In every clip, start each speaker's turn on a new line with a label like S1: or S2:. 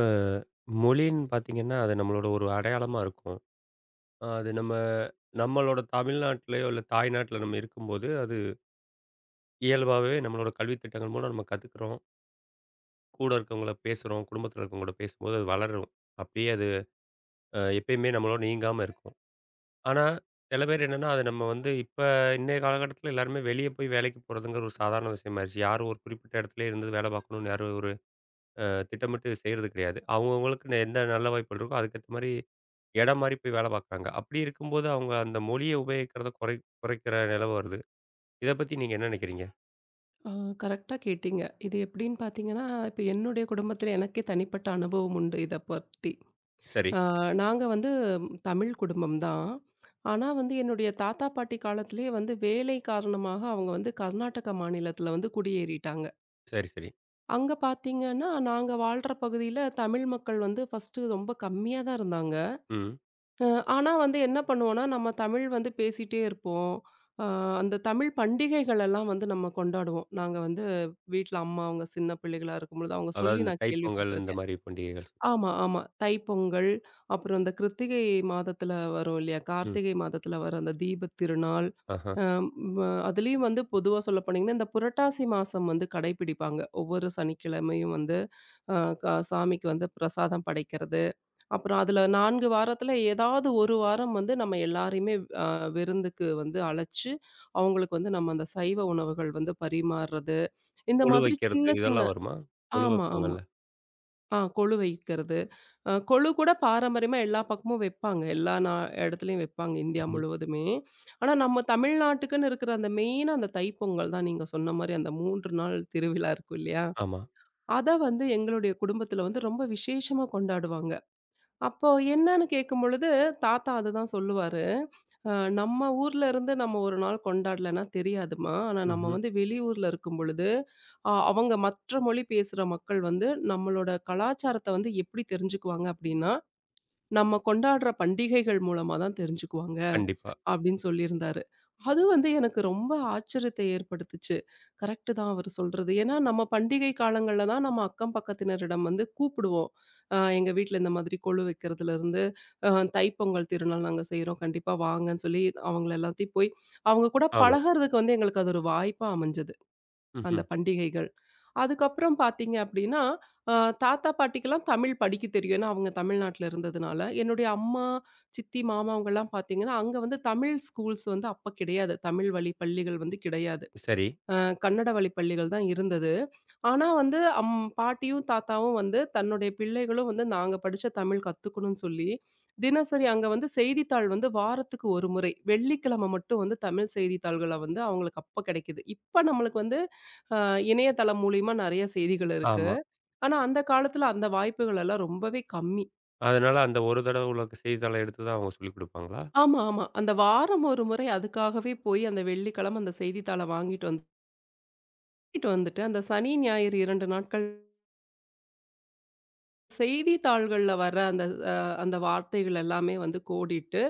S1: அ மொழின்னு பார்த்தீங்கன்னா, அது நம்மளோட ஒரு அடையாளமா இருக்கும். அ அது நம்ம நம்மளோட தமிழ்நாட்டிலயோ, இல்ல தாய்நாட்ல நம்ம இருக்கும்போது, அது இயல்பாவே நம்மளோட கல்வி திட்டங்கள் மூலம் நம்ம கத்துக்கிறோம். கூட இருக்கவங்கள பேசுறோம். குடும்பத்தில இருக்கவங்களோட பேசும்போது அது வளரும். அப்படியே அது எப்பயுமே நம்மளோட நீங்காம இருக்கும். ஆனா, சில பேர் என்னன்னா, அது நம்ம வந்து இப்ப இன்றைய காலகட்டத்தில எல்லாருமே வெளிய போய் வேலைக்கு போறதுங்கிற ஒரு சாதாரண விஷயமாயிருச்சு. யாரும் ஒரு குறிப்பிட்ட இடத்துலயே இருந்து வேலை பார்க்கணும்னு யாரும் அ திட்டமிட்டு செய்றது கிடையாது. அவங்கவங்களுக்கு எந்த நல்ல வாய்ப்புகள் இருக்கோ, அதுக்கேத்த மாரி இடம் மாறி போய் வேலை பார்க்குறாங்க. அப்படி இருக்கும்போது அவங்க அந்த மொழிய உபயோகிக்கிறத குறைக்கிற நிலை வருது. இத பத்தி நீங்க என்ன நினைக்கிறீங்க?
S2: ஆ கரெக்ட்டா கேட்டீங்க. இது எப்படின்னு பார்த்தீங்கன்னா, இப்ப என்னுடைய குடும்பத்தில எனக்கே தனிப்பட்ட அனுபவம் உண்டு இத பத்தி.
S1: சரி,
S2: ஆ நாங்க வந்து தமிழ் குடும்பம் தான். ஆனா வந்து என்னுடைய தாத்தா, பாட்டி காலத்திலேயே வந்து வேலை காரணமாக அவங்க வந்து கர்நாடக மாநிலத்தில வந்து குடியேறிட்டாங்க.
S1: சரி.
S2: அங்க பார்த்தீங்கன்னா, நாங்க வாழ்ற பகுதியில தமிழ் மக்கள் வந்து ஃபர்ஸ்ட்டு ரொம்ப கம்மியா தான் இருந்தாங்க.
S1: ம்.
S2: அ ஆனா வந்து என்ன பண்ணுவோம்னா, நம்ம தமிழ் வந்து பேசிட்டே இருப்போம். அ அந்த தமிழ் பண்டிகைகள் எல்லாம் வந்து நம்ம கொண்டாடுவோம். நாங்க வந்து வீட்ல அம்மா அவங்க சின்ன பிள்ளைகளா இருக்கும்பொழுது, அவங்க
S1: அதாவது
S2: சொல்லி
S1: இந்த
S2: நான்
S1: தைப்பொங்கல் இந்த
S2: கேள்விப்பட்டுருக்கேன்.
S1: மாரி பண்டிகைகள்.
S2: ஆமா, ஆமா. தைப்பொங்கல், அப்புறம் இந்த கிருத்திகை மாதத்துல வரும் இல்லையா?
S1: ம்.
S2: கார்த்திகை மாதத்துல வர அந்த தீபத் திருநாள்.
S1: ஆஹா.
S2: அம் வ அதுலயும் வந்து பொதுவா சொல்ல போனீங்கன்னா, இந்த புரட்டாசி மாசம் வந்து கடைப்பிடிப்பாங்க. ஒவ்வொரு சனிக்கிழமையும் வந்து அ க சாமிக்கு வந்து பிரசாதம் படைக்கிறது. அப்புறம் அதுல 4 வாரத்துல ஏதாவது 1 வாரம் வந்து நம்ம எல்லாரையுமே அ விருந்துக்கு வந்து அழைச்சு, அவங்களுக்கு வந்து நம்ம அந்த சைவ உணவுகள் வந்து பரிமாறுறது. இந்த
S1: கொலு
S2: மாதிரி
S1: வைக்கிறது
S2: சின்ன சின்ன
S1: இதெல்லாம் வருமா? கொலு
S2: ஆமா, ஆமா.
S1: வைப்பாங்கல்ல.
S2: கொழு வைக்கிறது. கொழு கூட பாரம்பரியமா எல்லா பக்கமும் வைப்பாங்க. எல்லா இடத்துலயும் வைப்பாங்க இந்தியா
S1: ம்ஹ்ம்.
S2: முழுவதுமே. ஆனா நம்ம தமிழ்நாட்டுக்குன்னு இருக்கிற அந்த மெயினா அந்த தைப்பொங்கல் தான் நீங்க சொன்ன மாரி அந்த 3 நாள் திருவிழா இருக்கும் இல்லையா?
S1: ஆமா.
S2: அத வந்து எங்களுடைய குடும்பத்துல வந்து ரொம்ப விசேஷமா கொண்டாடுவாங்க. அப்போ என்னான்னு கேட்கும்பொழுது, தாத்தா அதுதான் சொல்லுவாரு. "அ நம்ம ஊர்ல இருந்து நம்ம ஒரு நாள் கொண்டாடலன்னா தெரியாதும்மா. ஆனா நம்ம
S1: ம்ஹ்ம்.
S2: வந்து வெளியூர்ல இருக்கும்பொழுது, அவங்க மற்ற மொழி பேசுற மக்கள் வந்து நம்மளோட கலாச்சாரத்த வந்து எப்படி தெரிஞ்சுக்குவாங்க அப்படின்னா, நம்ம கொண்டாடுற பண்டிகைகள் மூலமா தான் தெரிஞ்சுக்குவாங்க."
S1: கண்டிப்பா.
S2: அப்படின்னு சொல்லியிருந்தாரு. அது வந்து எனக்கு ரொம்ப ஆச்சரியத்தை ஏற்படுத்துச்சு. கரெக்ட் தான் அவரு சொல்றது. ஏன்னா நம்ம பண்டிகை காலங்கள்ல தான் நம்ம அக்கம் பக்கத்தினரிடம் வந்து கூப்பிடுவோம். எங்க வீட்ல இந்த மாதிரி கொழு வைக்கிறதுலருந்து, அ தைப்பொங்கல் திருநாள் நாங்க செய்றோம். கண்டிப்பா வாங்கன்னு சொல்லி அவங்கள எல்லாத்தையும் போய் அவங்க கூட
S1: ஆமா.
S2: பழகுறதுக்கு வந்து எங்களுக்கு அது ஒரு வாய்ப்பா அமைஞ்சது. அந்த
S1: ம்ஹ்ம்.
S2: பண்டிகைகள். அதுக்கப்புறம் பார்த்தீங்க அப்படின்னா, அ தாத்தா, பாட்டிக்கெல்லாம் தமிழ் படிக்க தெரியும். ஏன்னா, அவங்க தமிழ்நாட்டுல இருந்ததுனால. என்னுடைய அம்மா, சித்தி, மாமா அவங்கலாம் பார்த்தீங்கன்னா, அங்க வந்து தமிழ் ஸ்கூல்ஸ் வந்து அப்ப கிடையாது. தமிழ் வழி பள்ளிகள் வந்து கிடையாது.
S1: சரி.
S2: அ கன்னட வழி பள்ளிகள் தான் இருந்தது. ஆனா வந்து பாட்டியும், தாத்தாவும் வந்து தன்னுடைய பிள்ளைகளும் வந்து நாங்க படிச்ச தமிழ் கத்துக்கணும்னு சொல்லி, தினசரி அங்க வந்து செய்தித்தாள் வந்து வாரத்துக்கு 1 முறை, வெள்ளிக்கிழமை மட்டும் வந்து தமிழ் செய்தித்தாள்கள வந்து அவங்களுக்கு அப்ப கிடைக்குது. இப்ப நம்மளுக்கு வந்து அ இணையதளம் மூலியமா நெறைய செய்திகள் இருக்கு.
S1: ஆமா.
S2: ஆனா அந்த காலத்துல அந்த வாய்ப்புகள் எல்லாம் ரொம்பவே கம்மி.
S1: அதனால அந்த ஒரு தடவ உள்ள செய்தித்தாள எடுத்து தான் அவங்க சொல்லிக் குடுப்பாங்களா?
S2: ஆமா, ஆமா. அந்த வாரம் 1 முறை அதுக்காகவே போய் அந்த வெள்ளிக்கிழமை அந்த செய்தித்தாள வாங்கிட்டு வந்துட்டு வந்துட்டு, அந்த சனி, ஞாயிறு 2 நாட்கள் செய்தித்தாள்கள்ல வர அந்த அ அந்த வார்த்தைகள் எல்லாமே வந்து கோடிட்டு,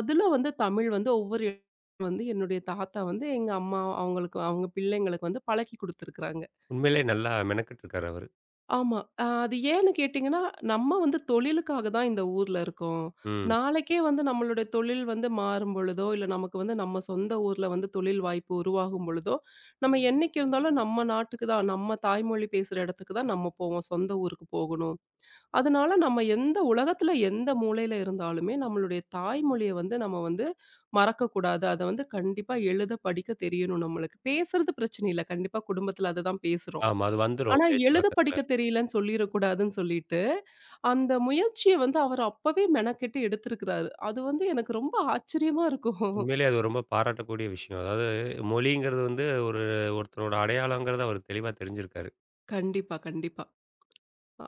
S2: அதுல வந்து தமிழ் வந்து ஒவ்வொரு எழுத்து வந்து என்னுடைய தாத்தா வந்து எங்க அம்மா அவங்களுக்கு அவங்க பிள்ளைங்களுக்கு வந்து பழக்கி குடுத்துருக்காங்க.
S1: உண்மையிலேயே நல்லா மெனக்கெட்டுருக்காரு அவரு.
S2: ஆமா. அது ஏன்னு கேட்டீங்கன்னா, நம்ம வந்து தொழிலுக்காக தான் இந்த ஊர்ல இருக்கோம்.
S1: ம்.
S2: நாளைக்கே வந்து நம்மளுடைய தொழில் வந்து மாறும் பொழுதோ, இல்ல நமக்கு வந்து நம்ம சொந்த ஊர்ல வந்து தொழில் வாய்ப்பு உருவாகும் பொழுதோ, நம்ம என்னைக்கு இருந்தாலும் நம்ம நாட்டுக்கு தான், நம்ம தாய்மொழி பேசுற இடத்துக்கு தான் நம்ம போவோம். சொந்த ஊருக்கு போகணும். அதனால நம்ம எந்த உலகத்துல எந்த மூலையில இருந்தாலுமே நம்மளுடைய தாய்மொழிய வந்து நம்ம வந்து மறக்கக்கூடாது. அத வந்து கண்டிப்பா எழுத, படிக்க தெரியணும் நம்மளுக்கு. பேசுறது பிரச்சனை இல்ல. கண்டிப்பா குடும்பத்துல அததான் பேசுறோம்.
S1: ஆமா. அது வந்துரும்
S2: ஆனா
S1: பேச்சு
S2: எழுத,
S1: வழக்கத்துல.
S2: படிக்க தெரியலன்னு சொல்லிறக்கூடாதுன்னு சொல்லிட்டு, அந்த முயற்சிய வந்து அவர் அப்பவே மெனக்கெட்டு எடுத்திருக்கிறாரு. அது வந்து எனக்கு ரொம்ப ஆச்சரியமா இருக்கும்.
S1: உண்மையிலேயே அது ரொம்ப பாராட்டக்கூடிய விஷயம். அதாவது மொழிங்கிறது வந்து ஒரு ஒருத்தரோட அடையாளங்கிறத அவரு தெளிவா தெரிஞ்சிருக்காரு.
S2: கண்டிப்பா, கண்டிப்பா.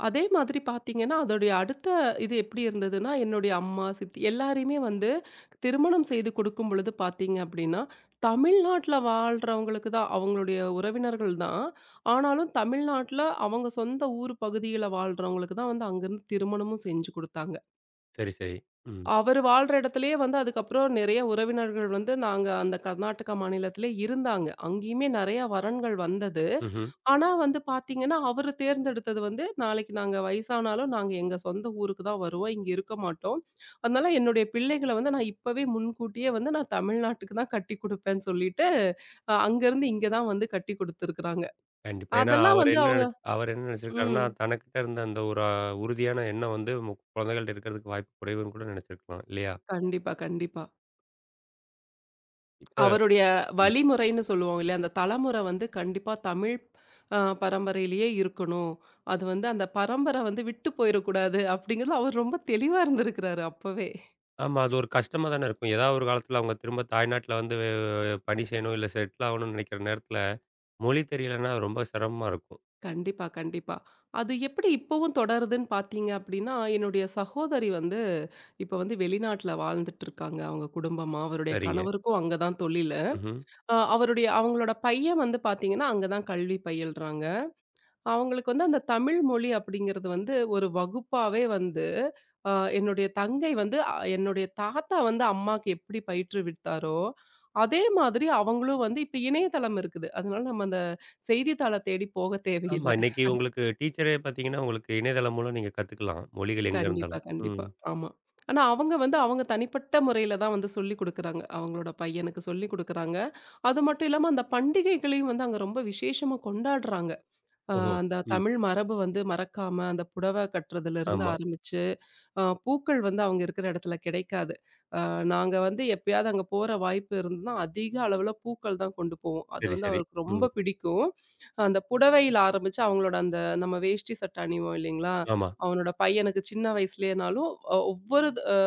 S2: அதே மாதிரி பார்த்தீங்கன்னா, அதோடைய அடுத்த இது எப்படி இருந்ததுன்னா, என்னுடைய அம்மா, சித்தி எல்லாரையுமே வந்து திருமணம் செய்து கொடுக்கும் பொழுது பார்த்தீங்க அப்படின்னா, தமிழ்நாட்ல வாழ்றவங்களுக்கு தான் அவங்களுடைய உறவினர்கள் தான். ஆனாலும் தமிழ்நாட்ல அவங்க சொந்த ஊர் பகுதியில வாழ்றவங்களுக்கு தான் வந்து அங்கருந்து திருமணமும் செஞ்சு குடுத்தாங்க.
S1: சரி, சரி. ம்.
S2: அவரு வாழ்ற இடத்துலயே வந்து அதுக்கப்புறம் நிறைய உறவினர்கள் வந்து நாங்க அந்த கர்நாடகா மாநிலத்திலே இருந்தாங்க. அங்கேயுமே நெறைய வரன்கள் வந்தது.
S1: ம்ஹ்ம்.
S2: ஆனா வந்து பாத்தீங்கன்னா, அவரு தேர்ந்தெடுத்தது வந்து, நாளைக்கு நாங்க வயசானாலும் நாங்க எங்க சொந்த ஊருக்கு தான் வருவோம். இங்க இருக்க மாட்டோம். அதனால என்னுடைய பிள்ளைகள வந்து நான் இப்பவே முன்கூட்டியே வந்து நான் தமிழ்நாட்டுக்கு தான் கட்டிக் குடுப்பேன்னு சொல்லிட்டு, அங்கருந்து இங்க தான் வந்து கட்டிக் குடுத்துருக்குறாங்க.
S1: கண்டிப்பா. ஏன்னா
S2: அதெல்லாம் வந்து அவங்க
S1: அவரு என்ன நெனச்சிருக்காருன்னா,
S2: ம்.
S1: தனக்கிட்ட இருந்த அந்த ஒரு உறுதியான எண்ணம் வந்து குழந்தைகள்ட்ட இருக்கிறதுக்கு வாய்ப்பு குறைவுன்னு கூட நெனச்சிருக்கலாம். இல்லையா?
S2: கண்டிப்பா, கண்டிப்பா.
S1: இப்ப
S2: அவருடைய
S1: ம்.
S2: வழிமுறைன்னு சொல்லுவோம் இல்லையா? அந்த தலைமுறை வந்து கண்டிப்பா தமிழ் பரம்பரையிலேயே இருக்கணும். அது வந்து அந்த பரம்பரை வந்து விட்டு போயிறக்கூடாது அப்படிங்கிறது அவர் ரொம்ப தெளிவா இருந்திருக்கிறாரு அப்பவே.
S1: ஆமா. அது ஒரு கஷ்டமா தானே இருக்கும். ஏதாவது ஒரு காலத்துல அவங்க திரும்ப தாய்நாட்ல வந்து பணி செய்யணும், இல்ல செட்டில் ஆகணும்னு நெனைக்கிற நேரத்துல, மொழி தெரியலன்னா ரொம்ப சிரமமா இருக்கும்.
S2: கண்டிப்பா, கண்டிப்பா. அது எப்படி இப்பவும் தொடருதுன்னு பார்த்தீங்க அப்படின்னா, என்னுடைய சகோதரி வந்து இப்ப வந்து வெளிநாட்ல வாழ்ந்துட்டுருக்காங்க அவங்க குடும்பமா. அவருடைய
S1: சரிங்க.
S2: கணவருக்கும் அங்க தான் தொழிலு.
S1: ம்ஹ்ம்.
S2: அவருடைய அவங்களோட பையன் வந்து பார்த்தீங்கன்னா, அங்க தான் கல்வி பயில்றாங்க. அவங்களுக்கு வந்து அந்த தமிழ் மொழி அப்படிங்கிறது வந்து ஒரு வகுப்பாவே வந்து, அ என்னுடைய தங்கை வந்து என்னுடைய தாத்தா வந்து அம்மாக்கு எப்படி பயிற்றுவித்தாரோ, அதே மாதிரி அவங்களும் வந்து இப்ப இணையதளம் இருக்குது. அதனால நம்ம அந்த செய்தித்தாள தேடி போக
S1: ஆமா.
S2: தேவையில்ல.
S1: இன்னைக்கு உங்களுக்கு டீச்சரே பார்த்தீங்கன்னா, உங்களுக்கு இணையதளம் மூலம் நீங்க கத்துக்கலாம். மொழிகள் எங்க
S2: கண்டிப்பா,
S1: இருந்தாலும்.
S2: கண்டிப்பா.
S1: ம்.
S2: ஆமா. ஆனா அவங்க வந்து அவங்க தனிப்பட்ட முறையில தான் வந்து சொல்லிக் குடுக்குறாங்க. அவங்களோட பையனுக்கு சொல்லிக் குடுக்குறாங்க. அது மட்டும் இல்லாம அந்த பண்டிகைகளையும் வந்து அங்க ரொம்ப விசேஷமா கொண்டாடுறாங்க. அ
S1: ஓஹோ!
S2: அந்த
S1: ம்.
S2: தமிழ் மரபு வந்து மறக்காம அந்த புடவ கட்டுறதுலருந்து
S1: ஆமா.
S2: ஆரம்பிச்சு, பூக்கள் வந்து அவங்க இருக்கிற இடத்துல கிடைக்காது. அ நாங்க வந்து எப்பயாவது அங்க போற வாய்ப்பு இருந்ததுன்னா, அதிக அளவுல பூக்கள் தான் கொண்டு போவோம். அது
S1: சரி,
S2: வந்து
S1: சரி.
S2: அவருக்கு
S1: ம்.
S2: ரொம்ப பிடிக்கும். அந்த புடவையில ஆரம்பிச்சு அவங்களோட அந்த நம்ம வேஷ்டி சட்டை அணிவோம் இல்லைங்களா?
S1: ஆமா.
S2: அவனோட பையனுக்கு சின்ன வயசுலேனாலும் ஒவ்வொரு அ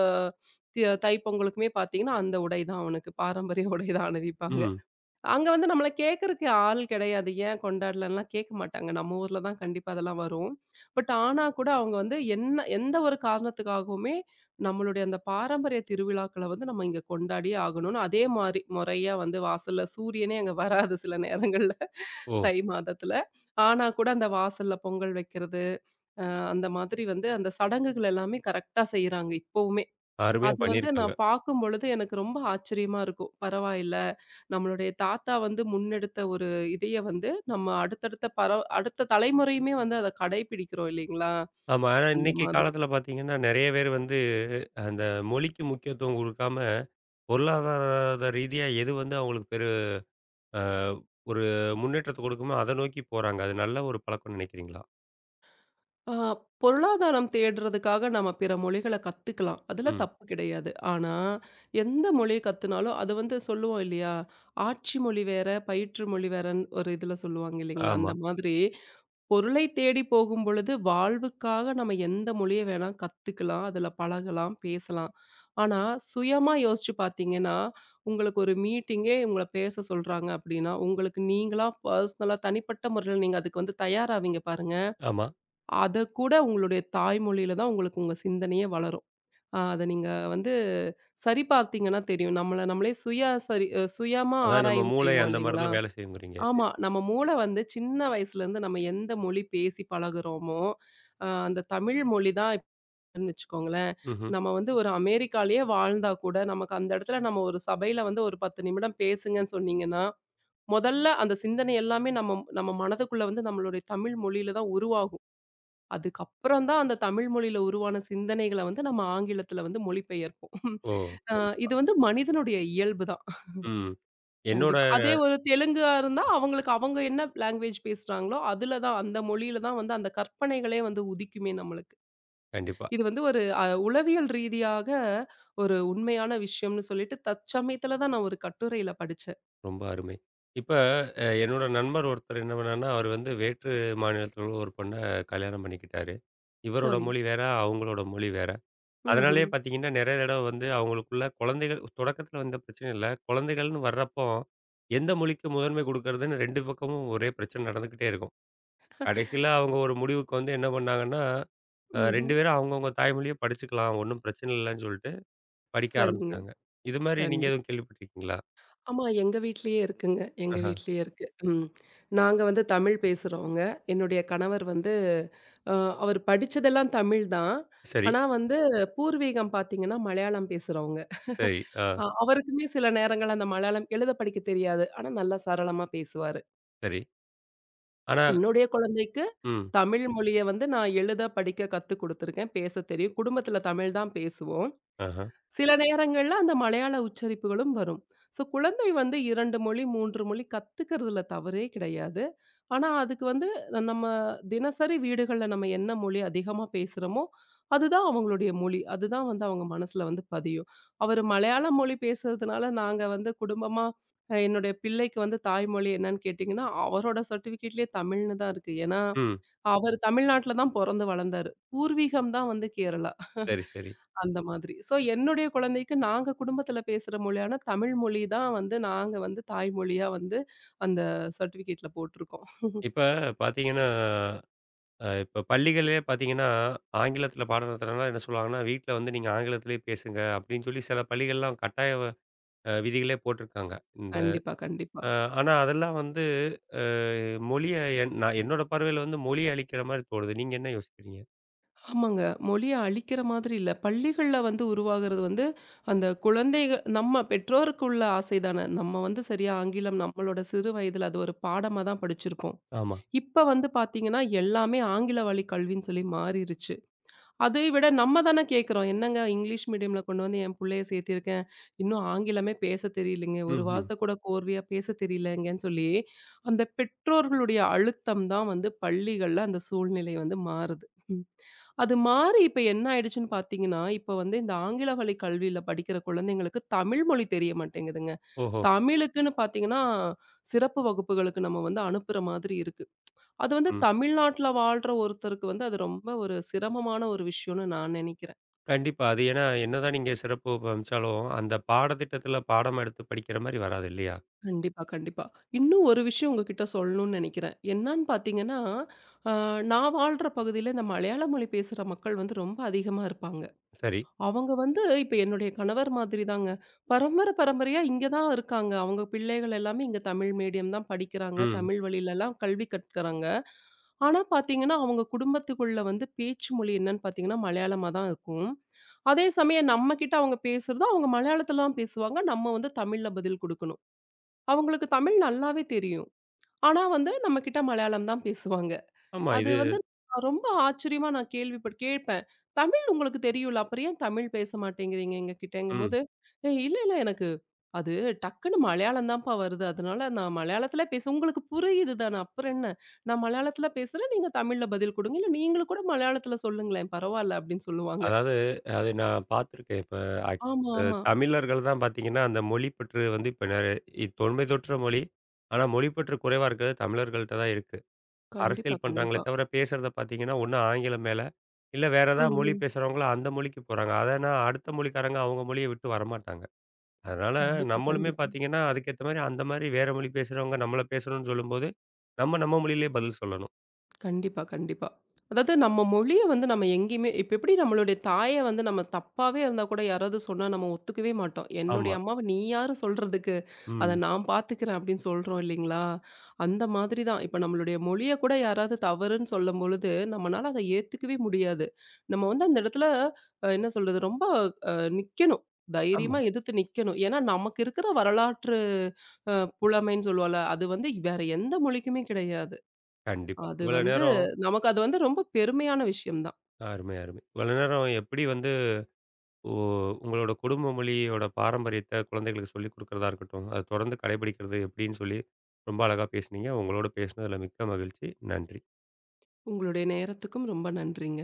S2: தி தைப்பொங்கலுக்குமே பார்த்தீங்கன்னா, அந்த உடை தான் அவனுக்கு பாரம்பரிய உடை தான் அணிவிப்பாங்க.
S1: ம்.
S2: அங்க வந்து நம்மள கேட்கறக்கு ஆள் கிடையாது. ஏன் கொண்டாடலன்லாம் கேட்க மாட்டாங்க. நம்ம ஊர்ல தான் கண்டிப்பா அதெல்லாம் வரும். பட் ஆனா கூட அவங்க வந்து என்ன எந்த ஒரு காரணத்துக்காகவுமே, நம்மளுடைய அந்த பாரம்பரிய திருவிழாக்கள வந்து நம்ம இங்க கொண்டாடியே ஆகணும்னு, அதே மாரி முறையா வந்து வாசல்ல சூரியனே அங்க வராது சில நேரங்கள்ல.
S1: ஓ!
S2: தை மாதத்துல. ஆனா கூட அந்த வாசல்ல பொங்கல் வைக்கிறது, அ அந்த மாதிரி வந்து அந்த சடங்குகள் எல்லாமே கரெக்ட்டா செய்றாங்க இப்பவுமே.
S1: அருமையா
S2: அது வந்து
S1: பண்ணியிருக்காங்க.
S2: நான் பார்க்கும்பொழுது எனக்கு ரொம்ப ஆச்சரியமா இருக்கும். பரவாயில்ல. நம்மளுடைய தாத்தா வந்து முன்னெடுத்த ஒரு இதய வந்து நம்ம அடுத்தடுத்த அடுத்த தலைமுறையுமே வந்து அத கடைபிடிக்கிறோம் இல்லைங்களா?
S1: ஆமா. ஆனா
S2: அந்த
S1: இன்னைக்கு
S2: மாதிரி.
S1: காலத்துல பார்த்தீங்கன்னா, நெறைய பேர் வந்து அந்த மொழிக்கு முக்கியத்துவம் குடுக்காம, பொருளாதார ரீதியா எது வந்து அவங்களுக்கு அ ஒரு முன்னேற்றத்த குடுக்குமோ, அத நோக்கி போறாங்க. அது நல்ல ஒரு பழக்கம்னு நெனைக்கிறீங்களா?
S2: ஆ, பொருளாதாரம் தேடுறதுக்காக நம்ம பிற மொழிகள கத்துக்கலாம். அதுல
S1: ம்.
S2: தப்பு கிடையாது. ஆனா, எந்த மொழி கத்துனாலும் அது வந்து சொல்லுவோம் இல்லையா? ஆட்சி மொழி வேற, பயிற்று மொழி வேறன்னு ஒரு இதுல சொல்லுவாங்க இல்லைங்களா?
S1: ஆமா,
S2: அந்த மாதிரி பொருளை தேடி போகும்பொழுது, வாழ்வுக்காக நம்ம எந்த மொழிய வேணா கத்துக்கலாம். அதுல பழகலாம், பேசலாம். ஆனா, சுயமா யோசிச்சு பார்த்தீங்கன்னா, உங்களுக்கு ஒரு மீட்டிங்கே உங்கள பேச சொல்றாங்க அப்படின்னா, உங்களுக்கு நீங்களா பர்சனலா தனிப்பட்ட முறையில நீங்க அதுக்கு வந்து தயாராவீங்க பாருங்க.
S1: ஆமா.
S2: அதக்கூட உங்களுடைய தாய்மொழியில தான் உங்களுக்கு உங்க சிந்தனையே வளரும். அத நீங்க வந்து சரி பார்த்தீங்கன்னா தெரியும். நம்மள நம்மளே சரி சுயமா
S1: அதாவது நம்ம
S2: ஆராய்வு
S1: மூளை
S2: செய்வோம்
S1: அந்த மாரி
S2: இல்லைங்களா?
S1: தான் வேலை செய்யுங்கிறீங்க.
S2: ஆமா.
S1: இல்லையா?
S2: நம்ம மூளை வந்து சின்ன வயசுலேருந்து நம்ம எந்த மொழி பேசி பழகுறோமோ, அந்த தமிழ் மொழி தான் இப்பன்னு வச்சுக்கோங்களேன்.
S1: ம்ஹ்ம்.
S2: நம்ம வந்து ஒரு அமெரிக்காலயே வாழ்ந்தா கூட, நமக்கு அந்த இடத்துல நம்ம ஒரு சபையில வந்து ஒரு 10 நிமிடம் பேசுங்கன்னு சொன்னீங்கன்னா, முதல்ல அந்த சிந்தனை எல்லாமே நம்ம நம்ம மனதுக்குள்ள வந்து நம்மளுடைய தமிழ் மொழியில தான் உருவாகும். அதுக்கப்புறம் தான் அந்த தமிழ் மொழியில உருவான சிந்தனைகள வந்து நம்ம ஆங்கிலத்தில வந்து மொழிபெயர்ப்போம்.
S1: ஓ!
S2: அ
S1: கண்டிப்பா.
S2: இது வந்து மனிதனுடைய இயல்பு தான்.
S1: ம். என்னோட
S2: கண்டிப்பா. அதே ஒரு தெலுங்கா இருந்தா அவங்களுக்கு அவங்க என்ன லாங்குவேஜ் பேசுறாங்களோ, அதுல தான் அந்த மொழியில தான் வந்து அந்த கற்பனைகளே வந்து உதிக்குமே நம்மளுக்கு.
S1: கண்டிப்பா.
S2: இது வந்து ஒரு உளவியல் ரீதியாக ஒரு உண்மையான விஷயம்னு சொல்லிட்டு தற்சமயத்தில தான் நான் ஒரு கட்டுரையில படிச்சேன்.
S1: ரொம்ப அருமை. இப்ப என்னோட நண்பர் ஒருத்தர் என்ன பண்ணாருன்னா, அவர் வந்து வேற்று மாநிலத்தில உள்ள ஒரு பொண்ண கல்யாணம் பண்ணிக்கிட்டாரு. இவரோட
S2: சரி.
S1: மொழி வேற, அவங்களோட மொழி வேற.
S2: ம்ஹ்ம்.
S1: அதனாலேயே பார்த்தீங்கன்னா, நெறைய தடவ வந்து அவங்களுக்குள்ள குழந்தைகள் தொடக்கத்தில வந்த பிரச்சனை இல்ல. குழந்தைகள்னு வர்றப்போ, எந்த மொழிக்கு முதன்மை குடுக்கறதுன்னு 2 பக்கமும் ஒரே பிரச்சனை நடந்துக்கிட்டே இருக்கும். கடைசியில அவங்க ஒரு முடிவுக்கு வந்து என்ன பண்ணாங்கன்னா,
S2: ம்ஹ்ம்.
S1: 2 பேரும் அவங்கவங்க தாய்மொழிய படிச்சுக்கலாம். ஒண்ணும் பிரச்சனை இல்லன்னு சொல்லிட்டு படிக்க
S2: சரிங்க.
S1: ஆரம்பிச்சாங்க. இது மாரி நீங்க
S2: கண்டிப்பா.
S1: எதுவும் கேள்விப்பட்டிருக்கீங்களா?
S2: ஆமா. எங்க வீட்லயே இருக்குங்க. எங்க
S1: ஆஹ.
S2: வீட்லயே இருக்கு. ம். நாங்க வந்து தமிழ் பேசுறவங்க. என்னுடைய கணவர் வந்து அ அவர் படிச்சதெல்லாம் தமிழ் தான்.
S1: சரி,
S2: ஆனா வந்து பூர்வீகம் பார்த்தீங்கன்னா, மலையாளம் பேசுறவங்க.
S1: சரி. ஆ,
S2: அவருக்குமே சில நேரங்கள்ல அந்த மலையாளம் எழுத படிக்க தெரியாது. ஆனா நல்லா சரளமா பேசுவாரு.
S1: சரி. ஆனா
S2: என்னுடைய குழந்தைக்கு
S1: ம்.
S2: தமிழ் மொழிய வந்து நான் எழுத, படிக்க கத்துக் குடுத்துருக்கேன். பேசத் தெரியும். குடும்பத்தில தமிழ் தான் பேசுவோம்.
S1: ஆஹா.
S2: சில நேரங்கள்ல அந்த மலையாள உச்சரிப்புகளும் வரும். ஸோ குழந்தை வந்து 2 மொழி, 3 மொழி கத்துக்கிறதுல தவறே கிடையாது. ஆனா அதுக்கு வந்து நம்ம தினசரி வீடுகள்ல நம்ம என்ன மொழி அதிகமா பேசுறோமோ, அதுதான் அவங்களுடைய மொழி. அதுதான் வந்து அவங்க மனசுல வந்து பதியும். அவரு மலையாள மொழி பேசுறதுனால நாங்க வந்து குடும்பமா என்னுடைய பிள்ளைக்கு வந்து தாய்மொழி என்னன்னு கேட்டிங்கன்னா, அவரோட சர்டிஃபிகேட்லயே தமிழ்னு தான் இருக்கு. ஏன்னா
S1: ம்.
S2: அவரு தமிழ்நாட்ல தான் பொறந்து வளர்ந்தாரு. பூர்வீகம் தான் வந்து கேரளா.
S1: சரி, சரி.
S2: அந்த மாதிரி. ஸோ என்னுடைய குழந்தைக்கு நாங்க குடும்பத்தில பேசுற மொழியான தமிழ் மொழி தான் வந்து நாங்க வந்து தாய்மொழியா வந்து அந்த சர்டிஃபிகேட்ல போட்டிருக்கோம்.
S1: இப்ப பாத்தீங்கன்னா, இப்ப பள்ளிகள்லயே பாத்தீங்கன்னா, ஆங்கிலத்தில பாடம் நடத்துனாங்கன்னா என்ன சொல்லுவாங்கன்னா, வீட்ல வந்து நீங்க ஆங்கிலத்திலேயே பேசுங்க அப்படின்னு சொல்லி சில பள்ளிகள்லாம் கட்டாய விதிகளே போட்டிருக்காங்க. இந்த
S2: கண்டிப்பா, கண்டிப்பா.
S1: அ ஆனா அதெல்லாம் வந்து அ மொழிய நான் என்னோட பார்வையில வந்து மொழிய அழிக்கிற மாரி தோணுது. நீங்க என்ன யோசிக்கிறீங்க?
S2: ஆமாங்க. மொழிய அழிக்கிற மாதிரி இல்ல. பள்ளிகள்ல வந்து உருவாகுறது வந்து அந்த குழந்தைகள் நம்ம பெற்றோருக்கு உள்ள ஆசை தானே. நம்ம வந்து சரியா ஆங்கிலம் நம்மளோட சிறு வயதில அது ஒரு பாடமா தான் படிச்சிருக்கோம்.
S1: ஆமா.
S2: இப்ப வந்து பார்த்தீங்கன்னா, எல்லாமே ஆங்கில வழி கல்வின்னு சொல்லி மாறிருச்சு. அதை விட நம்ம தானே கேட்குறோம். என்னங்க இங்கிலீஷ் மீடியம்ல கொண்டு வந்து என் புள்ளைய சேர்த்திருக்கேன். இன்னும் ஆங்கிலமே பேச தெரியலங்க. ஒரு
S1: ம்ஹ்ம்.
S2: வார்த்தை கூட கோர்வையா பேச தெரியலங்கன்னு சொல்லி, அந்த பெற்றோர்களுடைய அழுத்தம் தான் வந்து பள்ளிகள்ல அந்த சூழ்நிலை வந்து மாறுது. ம். அது மாறி இப்ப என்ன ஆயிடுச்சுன்னு பார்த்தீங்கன்னா, இப்ப வந்து இந்த ஆங்கில வழி கல்வியில படிக்கிற குழந்தைங்களுக்கு தமிழ் மொழி தெரிய மாட்டேங்குதுங்க.
S1: ஓஹோ!
S2: தமிழுக்குன்னு பார்த்தீங்கன்னா, சிறப்பு வகுப்புகளுக்கு நம்ம வந்து அனுப்புற மாதிரி இருக்கு. அது வந்து
S1: ம்.
S2: தமிழ்நாட்டுல வாழ்ற ஒருத்தருக்கு வந்து அது ரொம்ப ஒரு சிரமமான ஒரு விஷயம்னு நான் நினைக்கிறேன்.
S1: கண்டிப்பா. அது ஏன்னா என்னதான் நீங்க சிறப்பு அம்சாலும், அந்த பாடத்திட்டத்தில பாடம் எடுத்து படிக்கிற மாரி வராது இல்லையா?
S2: கண்டிப்பா, கண்டிப்பா. இன்னும் ஒரு விஷயம் உங்ககிட்ட சொல்லணும்னு நினைக்கிறேன். என்னான்னு பார்த்தீங்கன்னா, அ நான் வாழ்ற பகுதியில இந்த மலையாள மொழி பேசுற மக்கள் வந்து ரொம்ப அதிகமா இருப்பாங்க.
S1: சரி.
S2: அவங்க வந்து இப்ப என்னுடைய கணவர் மாதிரி தாங்க. பரம்பரையா இங்க தான் இருக்காங்க. அவங்க பிள்ளைகள் எல்லாமே இங்க தமிழ் மீடியம் தான் படிக்கிறாங்க.
S1: ம்.
S2: தமிழ் வழியிலலாம் கல்வி கற்கறாங்க. ஆனா பாத்தீங்கன்னா, அவங்க குடும்பத்துக்குள்ள வந்து பேச்சு மொழி என்னன்னு பாத்தீங்கன்னா, மலையாளமா தான் இருக்கும். அதே சமயம் நம்மகிட்ட அவங்க பேசுறது, அவங்க மலையாளத்துல தான் பேசுவாங்க. நம்ம வந்து தமிழ்ல பதில் குடுக்கணும். அவங்களுக்கு தமிழ் நல்லாவே தெரியும். ஆனா வந்து நம்மகிட்ட மலையாளம் தான் பேசுவாங்க.
S1: ஆமா.
S2: அது
S1: இது
S2: வந்து நான் ரொம்ப ஆச்சரியமா நான் கேட்பேன். "தமிழ் உங்களுக்கு தெரியும்ல, அப்புறம் ஏன் தமிழ் பேச மாட்டேங்கிறீங்க
S1: ம்.
S2: எங்ககிட்டங்கும்போது?" "ஏய் இல்ல, இல்ல எனக்கு அது டக்குனு மலையாளம் தான்ப்பா வருது. அதனால நான் மலையாளத்தில பேச உங்களுக்கு புரியுது தானே, அப்புறம் என்ன? நான் மலையாளத்தில பேசுறேன், நீங்க தமிழ்ல பதில் குடுங்க. இல்ல நீங்களும் கூட மலையாளத்தில சொல்லுங்களேன் பரவால்ல." அப்படின்னு சொல்லுவாங்க.
S1: அதாவது அது நான் பார்த்துருக்கேன். இப்ப அக்
S2: ஆமா,
S1: அ
S2: ஆமா.
S1: தமிழர்கள் தான் பார்த்தீங்கன்னா, அந்த மொழிப்பற்று வந்து இப்ப தொன்மை தொற்ற மொழி. ஆனா, மொழிப்பற்று குறைவா இருக்கிறது தமிழர்கள்ட்ட தான் இருக்கு.
S2: கண்டிப்பா,
S1: அரசியல் பண்றாங்களே
S2: கண்டிப்பா.
S1: தவிர, பேசுறத பார்த்தீங்கன்னா, ஒண்ணு ஆங்கிலம் மேல, இல்ல வேற
S2: ம்,
S1: ஏதாவது மொழி
S2: ம்.
S1: பேசுறவங்கள அந்த மொழிக்கு போறாங்க. அதனா அடுத்த மொழிக்காரங்க அவங்க மொழிய விட்டு வரமாட்டாங்க. அதனால
S2: கண்டிப்பா,
S1: நம்மளுமே
S2: கண்டிப்பா.
S1: பார்த்தீங்கன்னா, அதுக்கேத்த மாரி அந்த மாரி வேற மொழி பேசுறவங்க நம்மள பேசணும்னு சொல்லும்போது, நம்ம நம்ம மொழியிலேயே பதில் சொல்லணும்.
S2: கண்டிப்பா, கண்டிப்பா. அதாவது நம்ம மொழிய வந்து நம்ம எங்கேயுமே இப்ப எப்படி நம்மளுடைய தாய வந்து நம்ம தப்பாவே இருந்தா கூட யாராவது சொன்னா நம்ம ஒத்துக்கவே மாட்டோம். என்னுடைய
S1: ஆமா.
S2: அம்மாவ நீ யாரு சொல்றதுக்கு? அத
S1: ம்.
S2: நான் பார்த்துக்கிறேன் அப்படின்னு சொல்றோம் இல்லைங்களா? அந்த மாதிரி தான். இப்ப நம்மளுடைய மொழிய கூட யாராவது தவறுன்னு சொல்லும்பொழுது, நம்மனால அத ஏத்துக்கவே முடியாது. நம்ம வந்து அந்த இடத்துல என்ன சொல்றது? ரொம்ப அ நிக்கணும்.
S1: ஆமா.
S2: தைரியமா எதிர்த்து நிக்கணும். ஏன்னா நமக்கு இருக்கிற வரலாற்று அ புலமைன்னு சொல்லுவோம்ல, அது வந்து வேற எந்த மொழிக்குமே கிடையாது.
S1: கண்டிப்பா.
S2: அது
S1: இவ்வளோ
S2: வந்து
S1: நேரம்
S2: நமக்கு அது வந்து ரொம்ப பெருமையான விஷயம் தான்.
S1: அருமை, அருமை. இவ்வளோ நேரம் எப்படி வந்து உ உங்களோட குடும்ப மொழியோட பாரம்பரியத்த குழந்தைகளுக்கு சொல்லிக் குடுக்கிறதா இருக்கட்டும், அத தொடர்ந்து கடைபிடிக்கிறது எப்படின்னு சொல்லி ரொம்ப அழகா பேசுனீங்க. உங்களோட பேசினதுல மிக்க மகிழ்ச்சி. நன்றி.
S2: உங்களுடைய நேரத்துக்கும் ரொம்ப நன்றிங்க.